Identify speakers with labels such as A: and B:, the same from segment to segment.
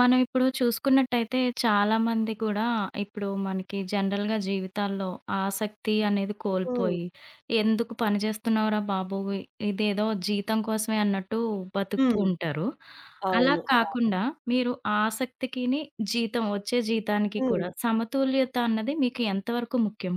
A: మనం ఇప్పుడు చూసుకున్నట్టయితే చాలామంది కూడా ఇప్పుడు మనకి జనరల్‌గా జీవితాల్లో ఆసక్తి అనేది
B: హ్మ్.
A: కోల్పోయి, ఎందుకు పని చేస్తున్నావురా బాబు! ఇదేదో జీతం కోసమే అన్నట్టు బతుకుతూ
B: హ్మ్.
A: ఉంటారు. అలా
B: అవును.
A: కాకుండా మీరు ఆసక్తికిని, జీతం వచ్చే జీతానికి
B: హ్మ్.
A: కూడా సమతుల్యత అన్నది మీకు ఎంతవరకు ముఖ్యం?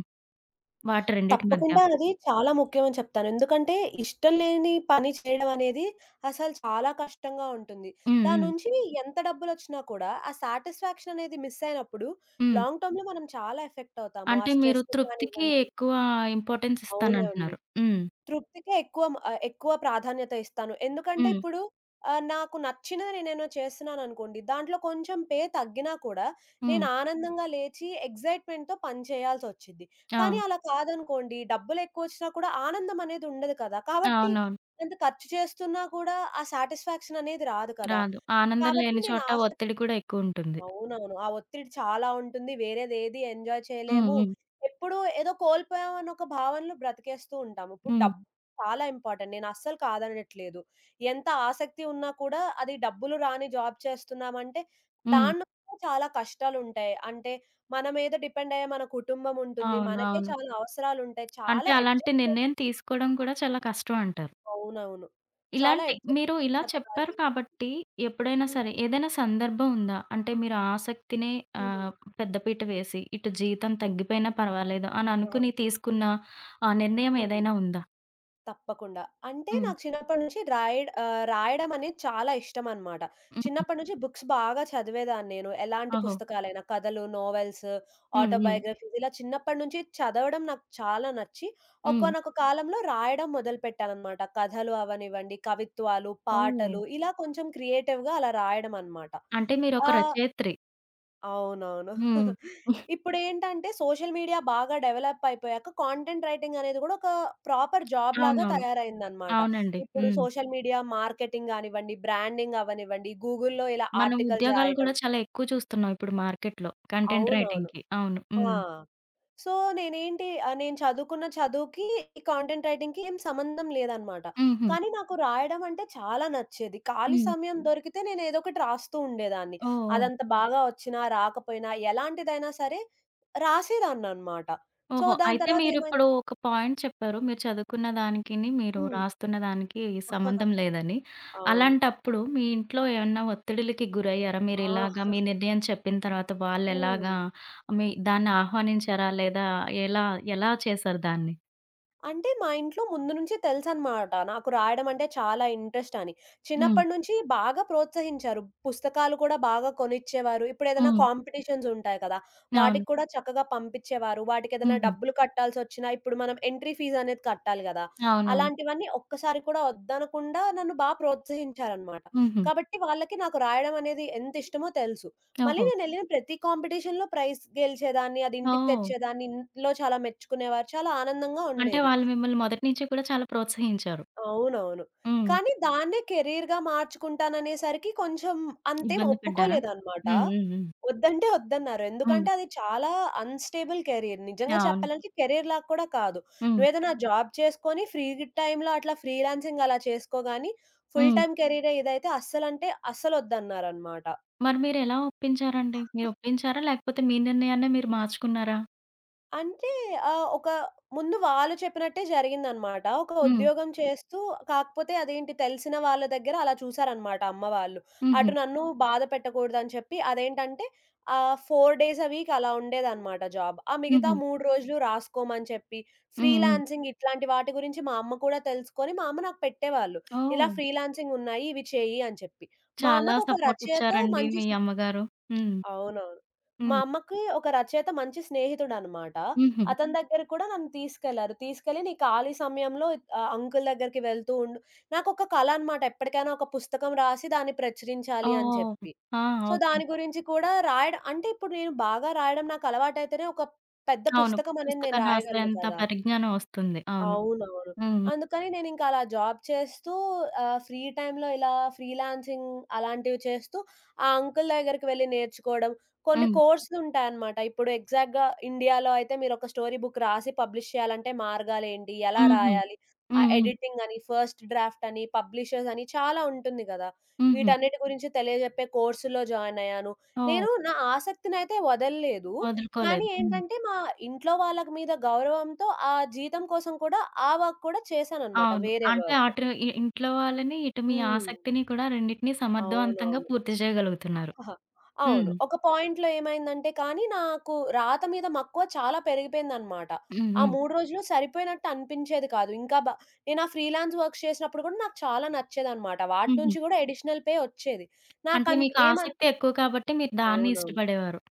A: వాటి రెండిటి మధ్య?
B: తప్పకుండా అది చాలా ముఖ్యమని చెప్తాను. ఎందుకంటే ఇష్టం లేని పని చేయడం అనేది అసలు చాలా కష్టంగా ఉంటుంది.
A: హ్మ్.
B: దాని
A: హ్మ్.
B: నుంచి ఎంత డబ్బులొచ్చినా కూడా ఆ సాటిస్ఫాక్షన్ అనేది మిస్ అయినప్పుడు
A: హ్మ్.
B: లాంగ్ టర్మ్‌లో మనం చాలా ఎఫెక్ట్ అవుతాము. ఆ
A: అంటే మీరు
B: స్ట్రెస్
A: తృప్తికి
B: కానివ్వండి.
A: ఎక్కువ ఇంపార్టెన్స్
B: అవునండి.
A: ఇస్తానంటున్నారు. హ్మ్.
B: తృప్తికే ఎక్కువ ఎక్కువ ప్రాధాన్యత ఇస్తాను. ఎందుకంటే
A: హ్మ్.
B: ఇప్పుడు నాకు నచ్చినది నేనేదో చేస్తున్నాననుకోండి, దాంట్లో కొంచెం పే తగ్గినా కూడా నేను
A: హ్మ్.
B: ఆనందంగా లేచి ఎక్సైట్‌మెంట్‌తో పని చేయాల్సొచ్చిద్ది. కానీ
A: ఆ!
B: అలా కాదనుకోండి, డబ్బులెక్కువొచ్చినా కూడా ఆనందం అనేది ఉండదు కదా! కాబట్టి
A: అవునవును.
B: ఎంత ఖర్చు చేస్తున్నా కూడా ఆ సాటిస్ఫాక్షన్ అనేది రాదు కదా!
A: రాదు. ఆనందం
B: కాబట్టి
A: లేని
B: నేను
A: చోట
B: ఆసక్తి.
A: ఒత్తిడి కూడా ఎక్కువుంటుంది.
B: అవునవును. ఆ ఒత్తిడి చాలా ఉంటుంది. వేరేదేది ఎంజాయ్
A: హ్మ్.
B: చేయలేము.
A: హ్మ్.
B: ఎప్పుడూ ఏదో కోల్పోయామని ఒక భావనలో బ్రతికేస్తూ ఉంటాము. ఇప్పుడు
A: హ్మ్.
B: డబ్బు చాలా ఇంపార్టెంట్. నేను అస్సలు కాదనట్లేదు. ఎంత ఆసక్తి ఉన్నా కూడా అది డబ్బులు రాని జాబ్ చేస్తున్నామంటే
A: హ్మ్.
B: దానిలో కూడా చాలా కష్టాలుంటాయి. అంటే మన మీద డిపెండ్ అయ్యే మన కుటుంబం ఉంటుంది.
A: అవును.
B: మనకే
A: అవును.
B: చాలా అవసరాలుంటాయి.
A: అంటే
B: చాలా
A: అలాంటి
B: అడ్జస్ట్.
A: నిర్ణయం తీసుకోవడం కూడా చాలా కష్టం అంటారు.
B: అవునవును. చాలా
A: ఇలాంటి
B: అడ్జస్ట్
A: మీరు ఇలా చెప్పారు
B: బ్రతకాలి.
A: కాబట్టి ఎప్పుడైనా
B: హ్మ్.
A: సరే ఏదైనా సందర్భం ఉందా? అంటే మీరు ఆసక్తినే
B: హ్మ్.
A: ఆహ్, పెద్దపీట వేసి ఇటు జీతం తగ్గిపోయినా పర్వాలేదు అని
B: ఆ!
A: అనుకుని తీసుకున్న ఆ నిర్ణయం
B: హ్మ్.
A: ఏదైనా ఉందా?
B: తప్పకుండా. అంటే
A: హ్మ్.
B: నాకు చిన్నప్పటి నుంచి రాయడం అనేది చాలా ఇష్టమనమాట.
A: హ్మ్.
B: చిన్నప్పటి నుంచి బుక్స్ బాగా చదివేదాన్ని నేను. ఎలాంటి
A: ఓహో!
B: పుస్తకాలైనా కథలు, నోవెల్స్,
A: హ్మ్. హ్మ్.
B: ఆటోబయోగ్రఫీస్ ఇలా చిన్నప్పటి నుంచి చదవడం నాకు చాలా నచ్చి,
A: హ్మ్.
B: ఒకానొక కాలంలో రాయడం మొదలుపెట్టాననమాట. కథలు అవనివ్వండి, కవిత్వాలు,
A: ఓహ్!
B: పాటలు ఇలా కొంచెం క్రియేటివ్‌గా అలా రాయడం అనమాట.
A: అంటే మీరొక
B: ఆహ్.
A: రచయిత్రి.
B: అవునవును.
A: హ్మ్.
B: ఇప్పుడేంటంటే సోషల్ మీడియా బాగా డెవలప్ అయిపోయాక కాంటెంట్ రైటింగ్ అనేది కూడా ఒక ప్రాపర్ జాబ్ లాగా
A: అవునవును.
B: తయారైందనమాట.
A: అవునండి.
B: ఇప్పుడు
A: హ్మ్.
B: సోషల్ మీడియా మార్కెటింగ్ గానివ్వండి, బ్రాండింగ్ అవ్వనివ్వండి, గూగుల్‌లో ఇలా
A: మనం
B: ఆర్టికల్స్
A: ఉద్యోగాలు
B: రాయటం.
A: గూడా చాలా ఎక్కువ చూస్తున్నాం ఇప్పుడు మార్కెట్‌లో కంటెంట్
B: అవునవును.
A: రైటింగ్‌కి. అవును.
B: ఆ!
A: హ్మ్.
B: సో, నేను చదువుకున్న చదువుకి, ఈ కాంటెంట్ రైటింగ్‌కి ఏం సంబంధం లేదనమాట.
A: హుహు.
B: కానీ నాకు రాయడం అంటే చాలా నచ్చేది. ఖాళీ
A: హ్మ్.
B: సమయం దొరికితే నేను ఏదో ఒకటి రాస్తూ ఉండేదాన్ని.
A: ఓహ్! ఓహ్!
B: అదంత బాగా వచ్చినా, రాకపోయినా, ఎలాంటిదైనా సరే రాసేదాన్ననమాట. సో,
A: ఓహో!
B: దాని
A: అయితే
B: తర్వాత ఏమైంది.
A: మీరిప్పుడు ఒక పాయింట్ చెప్పారు. మీరు చదువుకున్న దానికిని, మీరు
B: హ్మ్.
A: రాస్తున్న దానికి సంబంధం లేదని.
B: అవును.
A: అలాంటప్పుడు మీ ఇంట్లో ఏమన్నా ఒత్తిడిలకి గురయ్యారా?
B: ఆ!
A: మీరిలాగా మీ నిర్ణయం చెప్పిన తర్వాత
B: హ్మ్.
A: వాళ్ళెలాగా మీ దాన్ని ఆహ్వానించారా? లేదా ఎలా ఎలా చేశారు దాన్ని?
B: అంటే మా ఇంట్లో ముందు నుంచే తెలుసనమాట. నాకు రాయడం అంటే చాలా ఇంట్రెస్ట్ అని.
A: హ్మ్.
B: చిన్నప్పటి నుంచి బాగా ప్రోత్సహించారు. పుస్తకాలు కూడా బాగా కొనిచ్చేవారు. ఇప్పుడేదైనా
A: హ్మ్.
B: కాంపిటీషన్స్ ఉంటాయి కదా!
A: అవును.
B: వాటికి కూడా చక్కగా పంపిచ్చేవారు. వాటికేదైనా
A: హుహు.
B: డబ్బులు కట్టాల్సొచ్చినా ఇప్పుడు మనం ఎంట్రీ ఫీజ్ అనేది కట్టాలి గదా!
A: అవునవును.
B: అలాంటివన్నీ ఒక్కసారి కూడా వద్దనకుండా నన్ను ప్రోత్సహించారనమాట.
A: హుహు.
B: కాబట్టి వాళ్ళకి నాకు రాయడం అనేది ఎంత ఇష్టమో తెలుసు. మళ్ళీ
A: ఓహో!
B: నేనెళ్ళిన ప్రతి కాంపిటీషన్‌లో ప్రైజ్ గెలిచేదాన్ని. అది ఇంటికి
A: ఓహ్!
B: తెచ్చేదాన్ని. ఇంట్లో చాలా మెచ్చుకునేవారు. చాలా ఆనందంగా
A: అంటే
B: ఉండేది.
A: వాళ్ళు మిమ్మల్ని మొదటి నుంచి కూడా చాలా ప్రోత్సహించారు.
B: అవునవును.
A: హ్మ్.
B: కానీ దాన్నే కెరీర్‌గా మార్చుకుంటాననేసరికి కొంచెం
A: ఇబ్బంది పడ్డారా?
B: ఒప్పుకోలేదన్నమాట.
A: హ్మ్. హ్మ్. హ్మ్.
B: వద్దంటే వద్దన్నారు.
A: హ్మ్.
B: ఎందుకంటే అది చాలా అన్‌స్టేబుల్ కెరీర్. నిజంగా
A: అవును.
B: చెప్పాలంటే కెరీర్‌లాగా కూడా కాదు.
A: హ్మ్.
B: నువ్వేదైనా జాబ్ చేసుకొని ఫ్రీ టైమ్‌లో అట్లా ఫ్రీలాన్సింగ్ అలా చేసుకో గాని, ఫుల్
A: హ్మ్.
B: టైమ్ కెరీరే ఇదైతే అస్సలంటే అస్సలొద్దన్నారన్నమాట.
A: మరి మీరెలా ఒప్పించారండి? మీరు ఒప్పించారా? లేకపోతే మీ నిర్ణయాన్నే మీరు మార్చుకున్నారా?
B: అంటే ఒక ముందు వాళ్ళు చెప్పినట్టే జరిగిందనమాట. ఒక
A: హ్మ్.
B: ఉద్యోగం చేస్తూ కాకపోతే అదేంటి తెలిసిన వాళ్ళ దగ్గర అలా చూసారనమాట అమ్మ వాళ్ళు.
A: హుహు.
B: అటు నన్ను బాధ పెట్టకూడదని చెప్పి అదేంటంటే 4 డేస్ ఎ వీక్ అలా ఉండేదనమాట జాబ్. ఆ మిగతా
A: హుహు.
B: 3 రోజులు రాసుకోమని చెప్పి,
A: హ్మ్. హ్మ్.
B: ఫ్రీలాన్సింగ్ ఇట్లాంటి వాటి గురించి మా అమ్మ కూడా తెలుసుకొని మా అమ్మ నాకు పెట్టేవాళ్ళు. ఇలా
A: ఓహ్!
B: ఫ్రీలాన్సింగ్ ఉన్నాయి ఇవి చెయ్యి అని చెప్పి. మా
A: చాలా
B: అమ్మకొక
A: సపోర్ట్
B: రచయిత
A: ఇచ్చారండి
B: మంచి.
A: మీ అమ్మగారు. హ్మ్.
B: అవునవును. మా
A: హ్మ్.
B: అమ్మకి ఒక రచయిత మంచి స్నేహితుడనమాట.
A: హుహు.
B: అతని దగ్గర కూడా నన్ను తీసుకెళ్లారు. తీసుకెళ్ళి నీ ఖాళీ సమయంలో అంకుల్ దగ్గరికి వెళ్తూ ఉండు. నాకొక కల అనమాట. ఎప్పటికైనా ఒక పుస్తకం రాసి దాన్ని ప్రచురించాలి అని
A: ఓహ్!
B: చెప్పి.
A: ఆ!
B: So,
A: okay.
B: దాని గురించి కూడా రాయడం అంటే ఇప్పుడు నేను బాగా రాయడం నాకు అలవాటైతేనే ఒక పెద్ద
A: అవును.
B: పుస్తకం అనేది నేను
A: పుస్తకాన్ని
B: రాయగలను
A: రాసేంత
B: కదా!
A: పరిజ్ఞానం వస్తుంది. అవును.
B: అవునవును.
A: హ్మ్.
B: అందుకని నేనింక అలా జాబ్ చేస్తూ ఫ్రీ టైమ్‌లో ఇలా ఫ్రీలాన్సింగ్ అలాంటివి చేస్తూ ఆ అంకుల్ దగ్గరికి వెళ్లి నేర్చుకోవడం. కొన్ని
A: హ్మ్.
B: కోర్సులుంటాయన్నమాట. ఇప్పుడు ఎగ్జాక్ట్‌గా ఇండియాలో అయితే మీరొక స్టోరీ బుక్ రాసి పబ్లిష్ చేయాలంటే మార్గాలేంటి? ఎలా
A: హ్మ్. హుహు.
B: రాయాలి? ఆ
A: హ్మ్. హ్మ్.
B: ఎడిటింగ్ అని, ఫస్ట్ డ్రాఫ్ట్ అని, పబ్లిషర్స్ అని చాలా ఉంటుంది గదా!
A: హుహు.
B: వీటన్నిటి గురించి తెలియజెప్పే కోర్సుల్లో జాయిన్ అయ్యాను.
A: ఓహ్!
B: నేను నా ఆసక్తినైతే వదల్లేదు. కానీ
A: వదులుకోలేదు. హ్మ్.
B: ఏంటంటే, మా ఇంట్లో వాళ్ళకి మీద గౌరవంతో ఆ జీతం కోసం కూడా ఆ వర్క్ కూడా చేశాననమాట.
A: అవును.
B: వేరే
A: అంటే
B: వర్క్.
A: అటు ఇంట్లో వాళ్ళని, ఇటు మీ
B: హ్మ్.
A: ఆసక్తిని కూడా రెండిటిని సమర్థవంతంగా
B: అవునవును.
A: పూర్తి చేయగలుగుతున్నారు.
B: ఆహా, అవును.
A: హ్మ్.
B: ఒక పాయింట్‌లో ఏమైందంటే కానీ, నాకు రాత మీద మక్కువ చాలా పెరిగిపోయిందనమాట.
A: హ్మ్.
B: ఆ
A: హ్మ్.
B: 3 రోజులు సరిపోయినట్టు అనిపించేది కాదు. ఇంకా బ నేను ఆ ఫ్రీలాన్స్ వర్క్స్ చేసినప్పుడు కూడా నాకు చాలా నచ్చేదనమాట. వాటి
A: హుహు.
B: నుంచి కూడా అడిషనల్ పే ఒచ్చేది.
A: అంటే
B: నాకనిపి
A: మీకు
B: ఏమన్
A: ఆసక్తి ఎక్కువ కాబట్టి మీరు దాన్ని
B: అవునవును.
A: ఇష్టపడేవారు.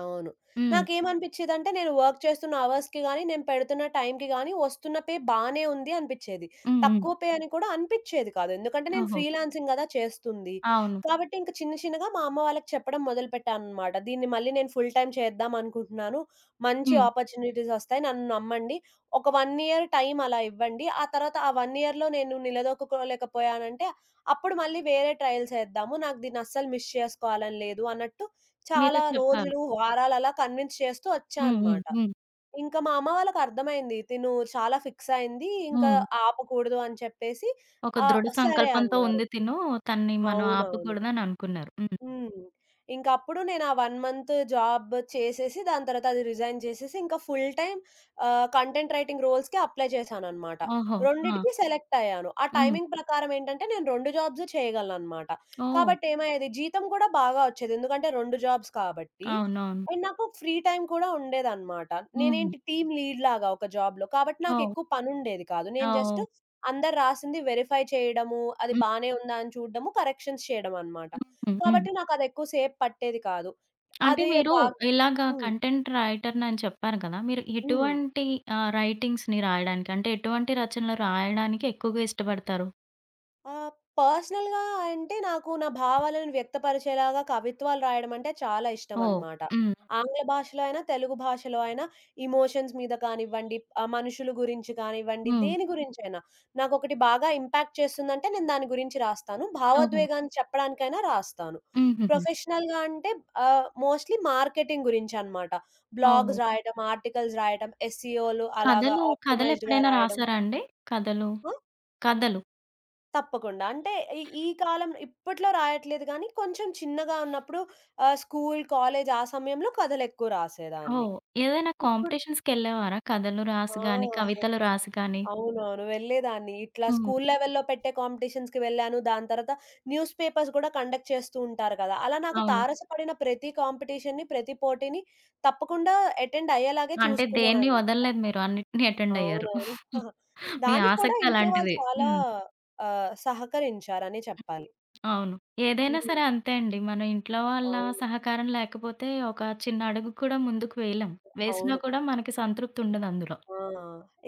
B: అవును.
A: హ్మ్.
B: నాకేమనిపిచ్చేదంటే నేను వర్క్ చేస్తున్న అవర్స్‌కి గాని, నేను పెడుతున్న టైంకి గాని వస్తున్న పే బానే ఉంది అనిపిచ్చేది.
A: హ్మ్. హ్మ్.
B: తక్కువ పే అని కూడా అనిపిచ్చేది కాదు. ఎందుకంటే నేను
A: ఓహో!
B: ఫ్రీలాన్సింగ్ గదా చేస్తుంది.
A: అవును.
B: కాబట్టి ఇంక చిన్న చిన్నగా మా అమ్మ వాళ్ళకి చెప్పడం మొదలుపెట్టాననమాట. దీన్ని మళ్ళీ నేను ఫుల్ టైమ్ చేద్దాం అనుకుంటున్నాను. మంచి
A: హ్మ్.
B: ఆపర్చునిటీస్ ఒస్తాయి. నన్ను నమ్మండి. ఒక 1 ఇయర్ టైం అలా ఇవ్వండి. ఆ తర్వాత ఆ 1 ఇయర్‌లో నేను నిలదొక్కుకోలేకపోయానంటే అప్పుడు మళ్ళీ వేరే ట్రయల్స్ ఏద్దాము. నాకు దీన్ని అస్సలు మిస్ చేసుకోవాలని లేదు అన్నట్టు
A: మీరు
B: చాలా
A: చెప్పారు.
B: రోజులు, వారాలు అలా కన్విన్స్ చేస్తూ వచ్చా
A: హ్మ్. హ్మ్.
B: అనమాట.
A: హ్మ్.
B: ఇంకా మా అమ్మ వాళ్ళకర్థమైంది. తిను చాలా ఫిక్స్ అయింది. ఇంకా
A: హ్మ్.
B: ఆపకూడదు అని చెప్పేసి
A: ఒక దృఢ
B: సరే
A: సంకల్పంతో
B: అన్నారు.
A: ఉంది తిను. తనని మనం
B: అవునవును.
A: ఆపకూడదని అనుకున్నారు. హ్మ్.
B: హ్మ్. ఇంకప్పుడు నేను ఆ 1 మంత్ జాబ్ చేసేసి, దాని తర్వాత అది రిజైన్ చేసేసి, ఇంకా ఫుల్ టైమ్ కంటెంట్ రైటింగ్ రోల్స్‌కి అప్లై చేశాననమాట.
A: ఓహో! ఆ!
B: రెండిటికి సెలెక్ట్ అయ్యాను. ఆ
A: హ్మ్.
B: టైమింగ్ ప్రకారం ఏంటంటే, నేను 2 జాబ్స్ చేయగలననమాట.
A: ఓహ్!
B: కాబట్టి ఏమయ్యేది, జీతం కూడా బాగా వచ్చేది. ఎందుకంటే 2 జాబ్స్ కాబట్టి.
A: అవునవును.
B: అండ్ నాకు ఫ్రీ టైమ్ కూడా ఉండేదనమాట.
A: హుహు.
B: నేనేంటి టీమ్ లీడ్ లాగా ఒక జాబ్‌లో. కాబట్టి
A: ఓహ్!
B: నాకెక్కువ పనుండేది కాదు. నేను జస్ట్
A: ఓహ్!
B: అందరు రాసింది వెరిఫై చేయడము, అది
A: హ్మ్.
B: బానే ఉందా అని చూడడము, కరెక్షన్స్ చేయడమనమాట.
A: హ్మ్. హ్మ్.
B: కాబట్టి నాకదెక్కువ సేపు పట్టేది కాదు.
A: అంటే
B: అదే
A: మీరు
B: బాగ్
A: ఇలాగా
B: హ్మ్.
A: కంటెంట్ రైటర్‌నని చెప్పారు కదా! మీరు
B: హ్మ్.
A: ఎటువంటి రైటింగ్స్‌ని రాయడానికి అంటే ఎటువంటి రచనలు రాయడానికి ఎక్కువగా ఇష్టపడతారు?
B: ఆ! పర్సనల్‌గా అంటే నాకు నా భావాలను వ్యక్తపరిచేలాగా కవిత్వాలు రాయడం అంటే చాలా
A: ఓహ్!
B: ఇష్టమనమాట.
A: హ్మ్.
B: ఆంగ్ల భాషలో అయినా, తెలుగు భాషలో అయినా ఎమోషన్స్ మీద కానివ్వండి, మనుషుల గురించి కానివ్వండి,
A: హ్మ్.
B: దేని గురించైనా. నాకొకటి బాగా ఇంపాక్ట్ చేస్తుందంటే నేను దాని గురించి రాస్తాను.
A: ఓహో!
B: భావోద్వేగాన్ని చెప్పడానికైనా రాస్తాను.
A: హుహుహు.
B: ప్రొఫెషనల్‌గా అంటే మోస్ట్‌లీ మార్కెటింగ్ గురించనమాట.
A: ఓహో!
B: బ్లాగ్స్ రాయడం, ఆర్టికల్స్ రాయడం, ఎస్‌సిఓలు అలాగా
A: కథలు,
B: ఆప్టిమైజ్డ్‌గా
A: కథలెప్పుడైనా
B: రాయడం.
A: రాసారా అండి? కథలు,
B: ఆ!
A: కథలు.
B: తప్పకుండా. అంటే ఈ ఈ కాలం ఇప్పట్లో రాయట్లేదు గానీ, కొంచెం చిన్నగా ఉన్నప్పుడు స్కూల్, కాలేజ్ ఆ సమయంలో కథలెక్కువ రాసేదాన్ని.
A: ఓహ్! ఏదైనా
B: ఇప్పుడు
A: కాంపిటీషన్స్‌కెళ్ళేవారా? కథలు
B: ఆ!
A: రాసి గాని,
B: అసలు
A: కవితలు రాసి గాని?
B: అవునవును. వెళ్ళేదాన్ని. ఇట్లా
A: హ్మ్.
B: స్కూల్ లెవెల్‌లో పెట్టే కాంపిటీషన్స్‌కి వెళ్ళాను. దాని తర్వాత న్యూస్ పేపర్స్ గూడా కండక్ట్ చేస్తూ ఉంటారు కదా! అలా నాకు
A: అవును.
B: తారసపడిన ప్రతి కాంపిటీషన్‌ని, ప్రతి పోటీని తప్పకుండా అటెండ్ అయ్యేలాగే
A: అంటే దేన్ని
B: చూసుకున్నాననమాట.
A: వదలలేదు మీరు. అన్నిటిని అటెండ్ అయ్యారు.
B: అవునవును.
A: మీ
B: దానికి కూడా
A: ఆసక్తి
B: ఇంట్లో వాళ్ళు
A: అలాంటిది.
B: చాలా
A: హ్మ్.
B: సహకరించారనే చెప్పాలి.
A: అవును. ఏదైనా
B: హ్మ్.
A: సరే అంతే అండి. మన ఇంట్లో వాళ్ళ
B: అవును.
A: సహకారం లేకపోతే ఒక చిన్న అడుగు కూడా ముందుకు వేయలేం. వేసినా
B: అవును.
A: కూడా మనకి సంతృప్తి ఉండదందులో.
B: ఆ!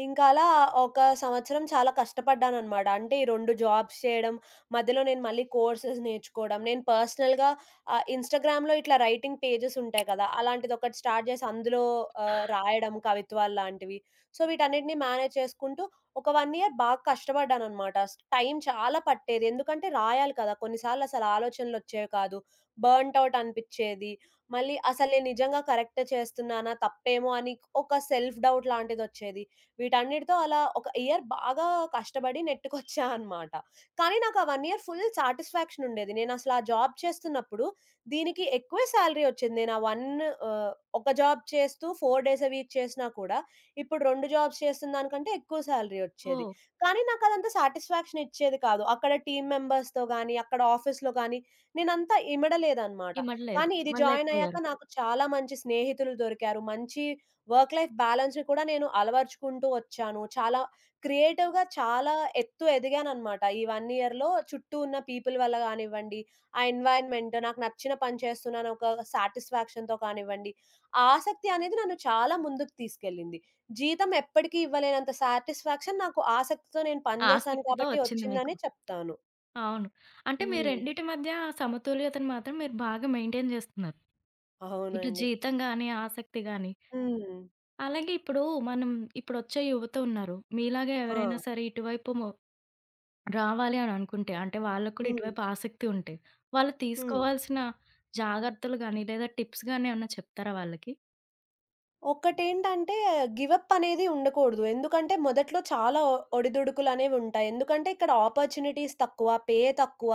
B: ఇంకలా ఒక సంవత్సరం చాలా కష్టపడ్డాననమాట. అంటే ఈ 2 జాబ్స్ చేయడం, మధ్యలో నేను మళ్ళీ కోర్సెస్ నేర్చుకోవడం, నేను పర్సనల్‌గా ఇన్‌స్టాగ్రామ్‌లో ఇట్లా రైటింగ్ పేజెస్ ఉంటాయి కదా! అలాంటిదొకటి స్టార్ట్ చేసి అందులో రాయడం కవిత్వాలు లాంటివి. సో, వీటన్నిటిని మేనేజ్ చేసుకుంటూ ఒక 1 ఇయర్ బాగా కష్టపడ్డాననమాట. టైం చాలా పట్టేది. ఎందుకంటే రాయాలి కదా! కొన్ని సార్లు అసలు ఆలోచనలొచ్చేవి కాదు. బర్న్‌ట్ ఔట్ అనిపిచ్చేది. మళ్ళీ అసలు నేను నిజంగా కరెక్ట్ చేస్తున్నానా? తప్పేమో అని ఒక సెల్ఫ్ డౌట్ లాంటిదొచ్చేది. వీటన్నిటితో అలా ఒక ఇయర్ బాగా కష్టపడి నెట్టుకొచ్చా అనమాట. కానీ నాకు ఆ 1 ఇయర్ ఫుల్ సాటిస్ఫాక్షన్ ఉండేది. నేనసలు ఆ జాబ్ చేస్తున్నప్పుడు దీనికి ఎక్కువే సాలరీ ఒచ్చింది. నేను ఆ 1 ఆహ్, ఒక జాబ్ చేస్తూ 4 డేస్ ఎ వీక్ చేసినా కూడా ఇప్పుడు 2 జాబ్స్ చేస్తున్న దానికంటే ఎక్కువ సాలరీ ఒచ్చేది.
A: ఓహ్!
B: కానీ నాకదంత సాటిస్ఫాక్షన్ ఇచ్చేది కాదు. అక్కడ టీమ్ మెంబర్స్‌తో గాని, అక్కడ ఆఫీస్‌లో గాని నేనంత ఇమడలేదనమాట.
A: ఇమడలేదు.
B: కానీ ఇది జాయినయ్యాక
A: ఇమడలేకపోయారు.
B: నాకు చాలా మంచి స్నేహితులు దొరికారు. మంచి వర్క్ లైఫ్ బ్యాలెన్స్‌ని కూడా నేను అలవరుచుకుంటూ వచ్చాను. చాలా క్రియేటివ్‌గా చాలా ఎత్తు ఎదిగాననమాట. ఈ 1 ఇయర్‌లో చుట్టూ ఉన్న పీపుల్ వల్ల గానివ్వండి, ఆ ఎన్వైర్న్‌మెంట్ నాకు నచ్చిన పని చేస్తున్నాను ఒక సాటిస్ఫాక్షన్‌తో కానివ్వండి, ఆసక్తి అనేది నన్ను చాలా ముందుకు తీసుకెళ్ళింది. జీతం ఎప్పటికీ ఇవ్వలేనంత సాటిస్ఫాక్షన్ నాకు ఆసక్తితో నేను పని చేశాను
A: ఆసక్తితో
B: కాబట్టి
A: వచ్చింది మీకు.
B: వచ్చిందనే చెప్తాను.
A: అవును. అంటే మీ
B: హ్మ్.
A: రెండిటి మధ్య సమతుల్యతను మాత్రం మీరు బాగా మెయింటైన్ జేస్తున్నారు. ఇటు
B: అవునండి.
A: జీతం గాని, ఆసక్తి గాని.
B: హ్మ్.
A: అలాగే ఇప్పుడు మనం ఇప్పుడొచ్చే యువత ఉన్నారు. మీలాగా
B: ఆ!
A: ఎవరైనా సరే ఇటువైపు రావాలి అని అనుకుంటే. అంటే వాళ్ళకి కూడా
B: హ్మ్.
A: ఇటువైపు ఆసక్తి ఉంటే. వాళ్ళు
B: హ్మ్.
A: తీసుకోవాల్సిన జాగ్రత్తలు గాని, లేదా టిప్స్ గాని ఏమన్నా చెప్తారా వాళ్ళకి?
B: ఒకటేంటంటే గివప్ అనేది ఉండకూడదు. ఎందుకంటే మొదట్లో చాలా ఒడిదుడుకులనేవుంటాయి. ఎందుకంటే ఇక్కడ ఆపర్చునిటీస్ తక్కువ, పే తక్కువ,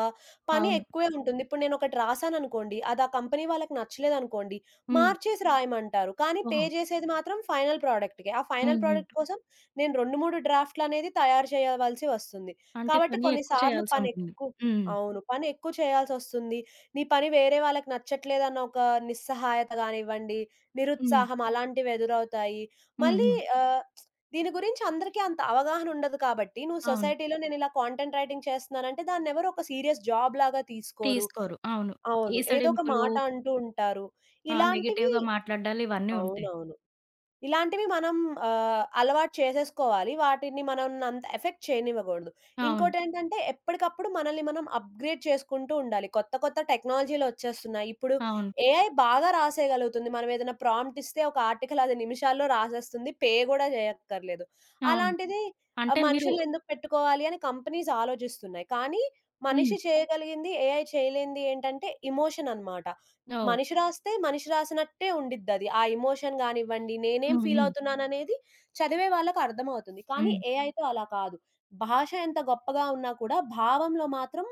B: పని
A: అవును.
B: ఎక్కువే ఉంటుంది. ఇప్పుడు నేనొకటి రాసాననుకోండి, అది ఆ కంపెనీ వాళ్ళకి నచ్చలేదనుకోండి,
A: హ్మ్.
B: మార్చేసి రాయమంటారు. కానీ పే
A: ఓహో!
B: జేసేది మాత్రం ఫైనల్ ప్రొడక్ట్‌కే. ఆ
A: హ్మ్.
B: ఫైనల్
A: హ్మ్.
B: ప్రొడక్ట్ కోసం నేను 2, 3 డ్రాఫ్ట్‌లనేది తయారు చేయవలసి వస్తుంది.
A: అంటే
B: కాబట్టి
A: పని
B: కొన్ని
A: ఎక్కువ
B: సార్లు
A: చేయాల్సుంటుంది.
B: పనెక్కువ.
A: హ్మ్.
B: అవును. పని ఎక్కువ చేయాల్సొస్తుంది. నీ పని వేరే వాళ్ళకి నచ్చట్లేదన్న ఒక నిస్సహాయత గానివ్వండి,
A: హ్మ్.
B: నిరుత్సాహం అలాంటివి ఎదురవుతాయి.
A: హ్మ్.
B: మళ్ళీ
A: హ్మ్.
B: ఆహ్, దీని గురించి అందరికీ అంత అవగాహన ఉండదు కాబట్టి, నువ్వు
A: అవును.
B: సొసైటీలో నేనిలా కాంటెంట్ రైటింగ్ చేస్తున్నానంటే దాన్నెవరు ఒక సీరియస్ జాబ్ లాగా తీసుకోరు.
A: తీసుకోరు. అవును.
B: అవును. ఏదో ఒక
A: ఈసడింపులు,
B: మాట అంటూ ఉంటారు. ఇలాంటివి.
A: నెగెటివ్‌గా మాట్లాడ్డాలు ఇవన్నీ ఉంటాయి.
B: అవునవును. ఇలాంటివి మనం అలవాటు చేసేసుకోవాలి. వాటిని మనల్నంత ఎఫెక్ట్ చేయనివ్వకూడదు.
A: అవును.
B: ఇంకోటేంటంటే ఎప్పటికప్పుడు మనల్ని మనం అప్‌గ్రేడ్ చేసుకుంటూ ఉండాలి. కొత్త కొత్త టెక్నాలజీలొచ్చేస్తున్నాయి. ఇప్పుడు
A: అవును.
B: ఏఐ బాగా రాసేయగలుగుతుంది. మనం ఏదైనా ప్రాంప్ట్ ఇస్తే ఒక ఆర్టికల్ అది నిమిషాల్లో రాసేస్తుంది. పే గూడా జేయక్కర్లేదు.
A: అవును.
B: అలాంటిది
A: అంటే మీరు
B: మనుషులనెందుకు పెట్టుకోవాలి అని కంపెనీస్ ఆలోచిస్తున్నాయి. కానీ
A: హ్మ్.
B: మనిషి చేయగలిగింది ఏఐ చేయలేనిది ఏంటంటే ఎమోషన్ అన్నమాట.
A: ఓహ్!
B: మనిషి రాస్తే మనిషి రాసినట్టే ఉండిద్దది. ఆ ఎమోషన్ గానివ్వండి, నేనేం హ్మ్.
A: హ్మ్. హ్మ్.
B: ఫీలవుతున్నాననేది చదివే వాళ్ళకర్థమవుతుంది. కానీ
A: హ్మ్.
B: ఏఐతో అలా కాదు. భాష ఎంత గొప్పగా ఉన్నా కూడా, భావంలో మాత్రం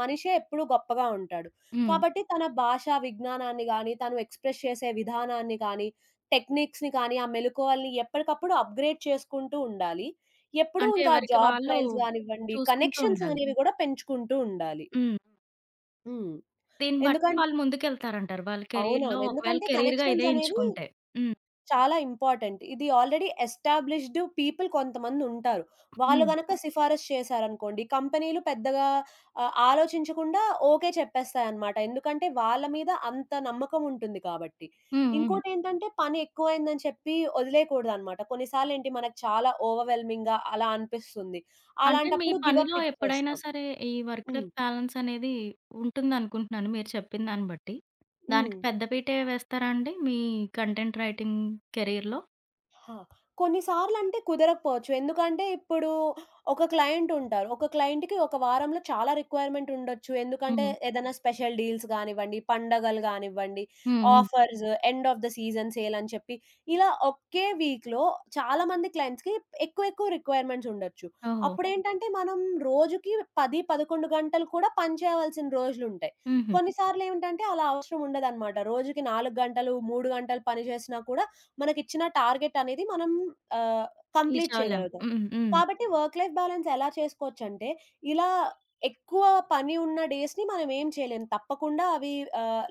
B: మనిషే ఎప్పుడూ గొప్పగా ఉంటాడు.
A: హ్మ్.
B: కాబట్టి తన భాషా విజ్ఞానాన్ని గానీ, తను ఎక్స్‌ప్రెస్ చేసే విధానాన్ని కానీ, టెక్నిక్స్‌ని కానీ, ఆ మెళకువల్ని ఎప్పటికప్పుడు అప్‌గ్రేడ్ చేసుకుంటూ ఉండాలి. ఎప్పుడూ
A: అంటే
B: ఇంకా
A: ఎవరికి
B: జాబ్
A: వాళ్ళు
B: ట్రయల్స్ గానివ్వండి,
A: చూసుకుంటూ
B: కనెక్షన్స్
A: ఉండాలి.
B: అనేవి గూడా పెంచుకుంటూ ఉండాలి.
A: హ్మ్.
B: హ్మ్.
A: దీన్ని బట్టి
B: ఎందుకంటే
A: వాళ్ళు ముందుకెళ్తారంటారు. వాళ్ళ కెరీర్‌లో
B: అవునవును.
A: ఒకవేళ
B: ఎందుకంటే
A: కెరీర్‌గా
B: కనెక్షన్స్
A: ఇదే
B: అనేవి
A: ఎంచుకుంటే. హ్మ్.
B: చాలా ఇంపార్టెంట్. ఇది ఆల్రెడీ ఎస్టాబ్లిష్డ్ పీపుల్ కొంతమందుంటారు. వాళ్ళు
A: హ్మ్.
B: గనక సిఫారసు చేశారనుకోండి, కంపెనీలు పెద్దగా ఆలోచించకుండా ఓకే చెప్పేస్తాయన్నమాట. ఎందుకంటే వాళ్ళ మీద అంత నమ్మకం ఉంటుంది కాబట్టి.
A: హ్మ్. హ్మ్.
B: ఇంకోటేంటంటే పని ఎక్కువయిందని చెప్పి వదిలేయకూడదన్నమాట. కొన్నిసార్లేంటి మనకు చాలా ఓవర్‌వెల్మింగ్‌గా అలా అనిపిస్తుంది.
A: అంటే మీ
B: అలాంటప్పుడు గివ్ అప్
A: పనిలో ఎప్పుడైనా
B: ఇచ్చేస్తాం.
A: సరే ఈ వర్క్
B: హ్మ్.
A: లైఫ్ బ్యాలన్స్ అనేది ఉంటుందనుకుంటున్నాను మీరు చెప్పిన దాన్ని బట్టి.
B: హ్మ్.
A: దానికి పెద్ద పీటే వేస్తారా అండి మీ కంటెంట్ రైటింగ్ కెరీర్‌లో?
B: ఆ! కొన్నిసార్లు అంటే కుదరకపోవచ్చు. ఎందుకంటే ఇప్పుడు ఒక క్లయింట్ ఉంటారు. ఒక క్లయింట్‌కి ఒక వారంలో చాలా రిక్వైర్మెంట్ ఉండొచ్చు. ఎందుకంటే
A: హ్మ్.
B: ఏదైనా స్పెషల్ డీల్స్ గానివ్వండి, పండగలు గానివ్వండి,
A: హ్మ్. హ్మ్.
B: Offers, end of the season sale అని చెప్పి ఇలా ఒకే వీక్‌లో చాలా మంది క్లయింట్స్‌కి ఎక్కువ ఎక్కువ రిక్వైర్మెంట్స్ ఉండొచ్చు.
A: ఓహో!
B: అప్పుడేంటంటే మనం రోజుకి 10, 11 గంటలు కూడా పని చేయవలసిన రోజులుంటాయి.
A: హుహు.
B: కొన్నిసార్లేంటంటే అలా అవసరం ఉండదనమాట. రోజుకి 4 గంటలు, 3 గంటలు పని చేసినా కూడా మనకిచ్చిన టార్గెట్ అనేది మనం ఆహ్,
A: రీచ్
B: కంప్లీట్
A: అవ్వలేం.
B: చేయగలుగుతాం.
A: హ్మ్. హ్మ్.
B: కాబట్టి వర్క్ లైఫ్ బాలన్స్ ఎలా చేసుకోవచ్చంటే, ఇలా ఎక్కువ పని ఉన్న డేస్‌ని మనం ఏం చేయలేం. తప్పకుండా అవి ఆహ్,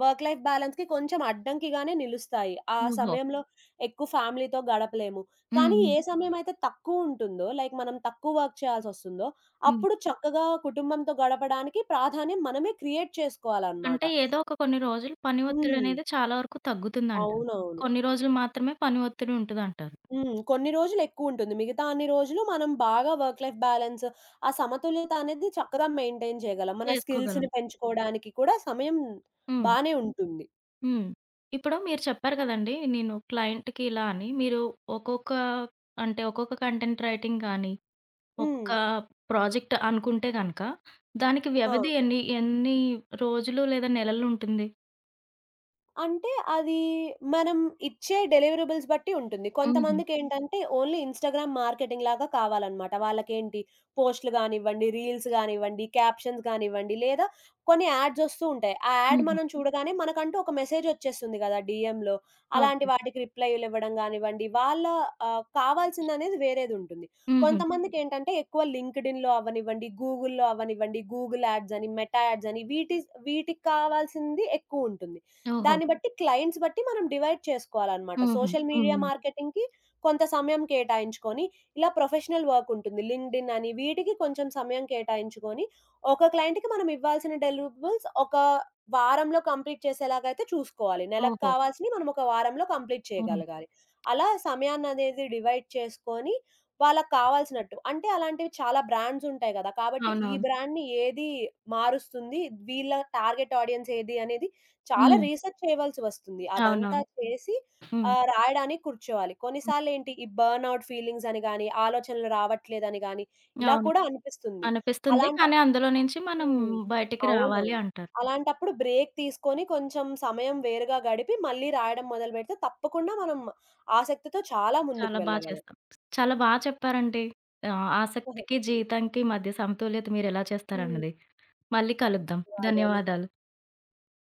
B: వర్క్ లైఫ్ బాలన్స్‌కి కొంచెం అడ్డంకిగానే నిలుస్తాయి. ఆ
A: ఓహో!
B: సమయంలో ఎక్కువ ఫ్యామిలీతో గడపలేము.
A: హ్మ్.
B: కానీ
A: హ్మ్.
B: ఏ సమయమైతే తక్కువుంటుందో, లైక్ మనం తక్కువ వర్క్ చేయాల్సొస్తుందో,
A: హ్మ్.
B: అప్పుడు చక్కగా కుటుంబంతో గడపడానికి ప్రాధాన్యం మనమే క్రియేట్ చేసుకోవాలనమాట.
A: అంటే ఏదో ఒక కొన్ని రోజులు పని
B: హ్మ్.
A: ఒత్తిడనేది చాలా వరకు తగ్గుతుందంటారు.
B: అవునవును.
A: కొన్ని రోజులు మాత్రమే పని ఒత్తిడి ఉంటదంటారు.
B: హ్మ్. కొన్ని రోజులెక్కువుంటుంది. మిగతా అన్ని రోజులు మనం బాగా వర్క్ లైఫ్ బ్యాలెన్స్, ఆ సమతుల్యత అనేది చక్కగా మెయింటైన్ చేయగలం. మన
A: చేసుకోగలం.
B: స్కిల్స్‌ని పెంచుకోవడానికి కూడా సమయం
A: హ్మ్.
B: బానే ఉంటుంది.
A: హ్మ్. ఇప్పుడు మీరు చెప్పారు కదండీ! నేను క్లయింట్‌కి ఇలా అని. మీరు ఒక్కొక్క అంటే ఒక్కొక్క కంటెంట్ రైటింగ్ గానీ,
B: హ్మ్.
A: ఒక్కొక్క ప్రాజెక్ట్ అనుకుంటే గనక, దానికి
B: ఆ!
A: వ్యవధి ఎన్ని ఎన్ని రోజులు లేదా నెలలు ఉంటుంది?
B: అంటే అది మనం ఇచ్చే డెలివరబుల్స్ బట్టి ఉంటుంది.
A: హుహు.
B: కొంతమందికేంటంటే ఓన్లీ ఇన్‌స్టాగ్రామ్ మార్కెటింగ్ లాగా కావాలన్నమాట. వాళ్ళకేంటి పోస్ట్‌లు గానివ్వండి, రీల్స్ గానివ్వండి, క్యాప్షన్స్ గానివ్వండి లేదా కొన్ని యాడ్స్ ఒస్తూ ఉంటాయి. ఆ యాడ్
A: హుహు.
B: మనం చూడగానే మనకంటూ ఒక మెసేజ్ ఒచ్చేస్తుంది గదా! డీఎంలో. అలాంటి
A: ఓకే.
B: వాటికి రిప్లైలు ఇవ్వడం గానివ్వండి, కావాల్సిందనేది వేరేదుంటుంది.
A: హుహు.
B: కొంతమందికేంటంటే ఎక్కువ లింక్డ్ఇన్‌లో అవ్వనివ్వండి, గూగుల్‌లో అవ్వనివ్వండి, గూగుల్ యాడ్స్ అని, మెటా యాడ్స్ అని వీటికి కావాల్సింది ఎక్కువుంటుంది.
A: ఓహో!
B: దాన్ని బట్టి క్లయింట్స్ బట్టి మనం డివైడ్ చేసుకోవాలనమాట.
A: హుహు.
B: సోషల్ మీడియా
A: హ్మ్.
B: మార్కెటింగ్‌కి కొంత సమయం కేటాయించుకొని, ఇలా ప్రొఫెషనల్ వర్క్ ఉంటుంది. లింక్డ్ఇన్ అని వీటికి కొంచెం సమయం కేటాయించుకొని, ఒక క్లయింట్‌కి మనం ఇవ్వాల్సిన డెలివరబుల్స్ ఒక వారంలో కంప్లీట్ చేసేలాగైతే చూసుకోవాలి. నెలకు
A: ఓహో!
B: కావాల్సినవి మనం ఒక వారంలో కంప్లీట్
A: హ్మ్.
B: చేయగలగాలి. అలా సమయాన్ననేది డివైడ్ చేసుకొని, వాళ్ళకి కావాల్సినట్టు అంటే అలాంటివి చాలా బ్రాండ్స్ ఉంటాయి గదా! కాబట్టి ఈ
A: అవునవును.
B: బ్రాండ్‌ని ఏది మారుస్తుంది, వీళ్ళ టార్గెట్ ఆడియన్స్ ఏది అనేది చాలా
A: హ్మ్.
B: రీసెర్చ్ చేయవలసి వస్తుంది. అదంతా
A: అవునవును.
B: చేసి
A: హ్మ్.
B: రాయడానికి కూర్చోవాలి.
A: హ్మ్.
B: కొన్నిసార్లేంటి ఈ బర్న్‌ఔట్ ఫీలింగ్స్ అని గాని, ఆలోచనలు రావట్లేదని గాని, ఇలా
A: అవును.
B: కూడా అనిపిస్తుంది.
A: అనిపిస్తుంది.
B: అలాంట
A: కానీ అందులో నుంచి మనం
B: హ్మ్.
A: బయటికి
B: అవునవును.
A: రావాలి అంటారు.
B: అలాంటప్పుడు బ్రేక్ తీసుకొని కొంచెం సమయం వేరుగా గడిపి మళ్ళీ రాయడం మొదలుపెడితే తప్పకుండా మనం ఆసక్తితో చాలా ముందుకు
A: చాలా బా
B: వెళ్ళగలం.
A: చేస్తాం. చాలా బా చెప్పారండి. ఆసక్తికి, జీవితానికి మధ్య సమతుల్యత మీరెలా
B: హ్మ్.
A: చేస్తారన్నది. మళ్ళీ కలుద్దాం.
B: ధన్యవాదాలు.
A: ధన్యవాదాలు.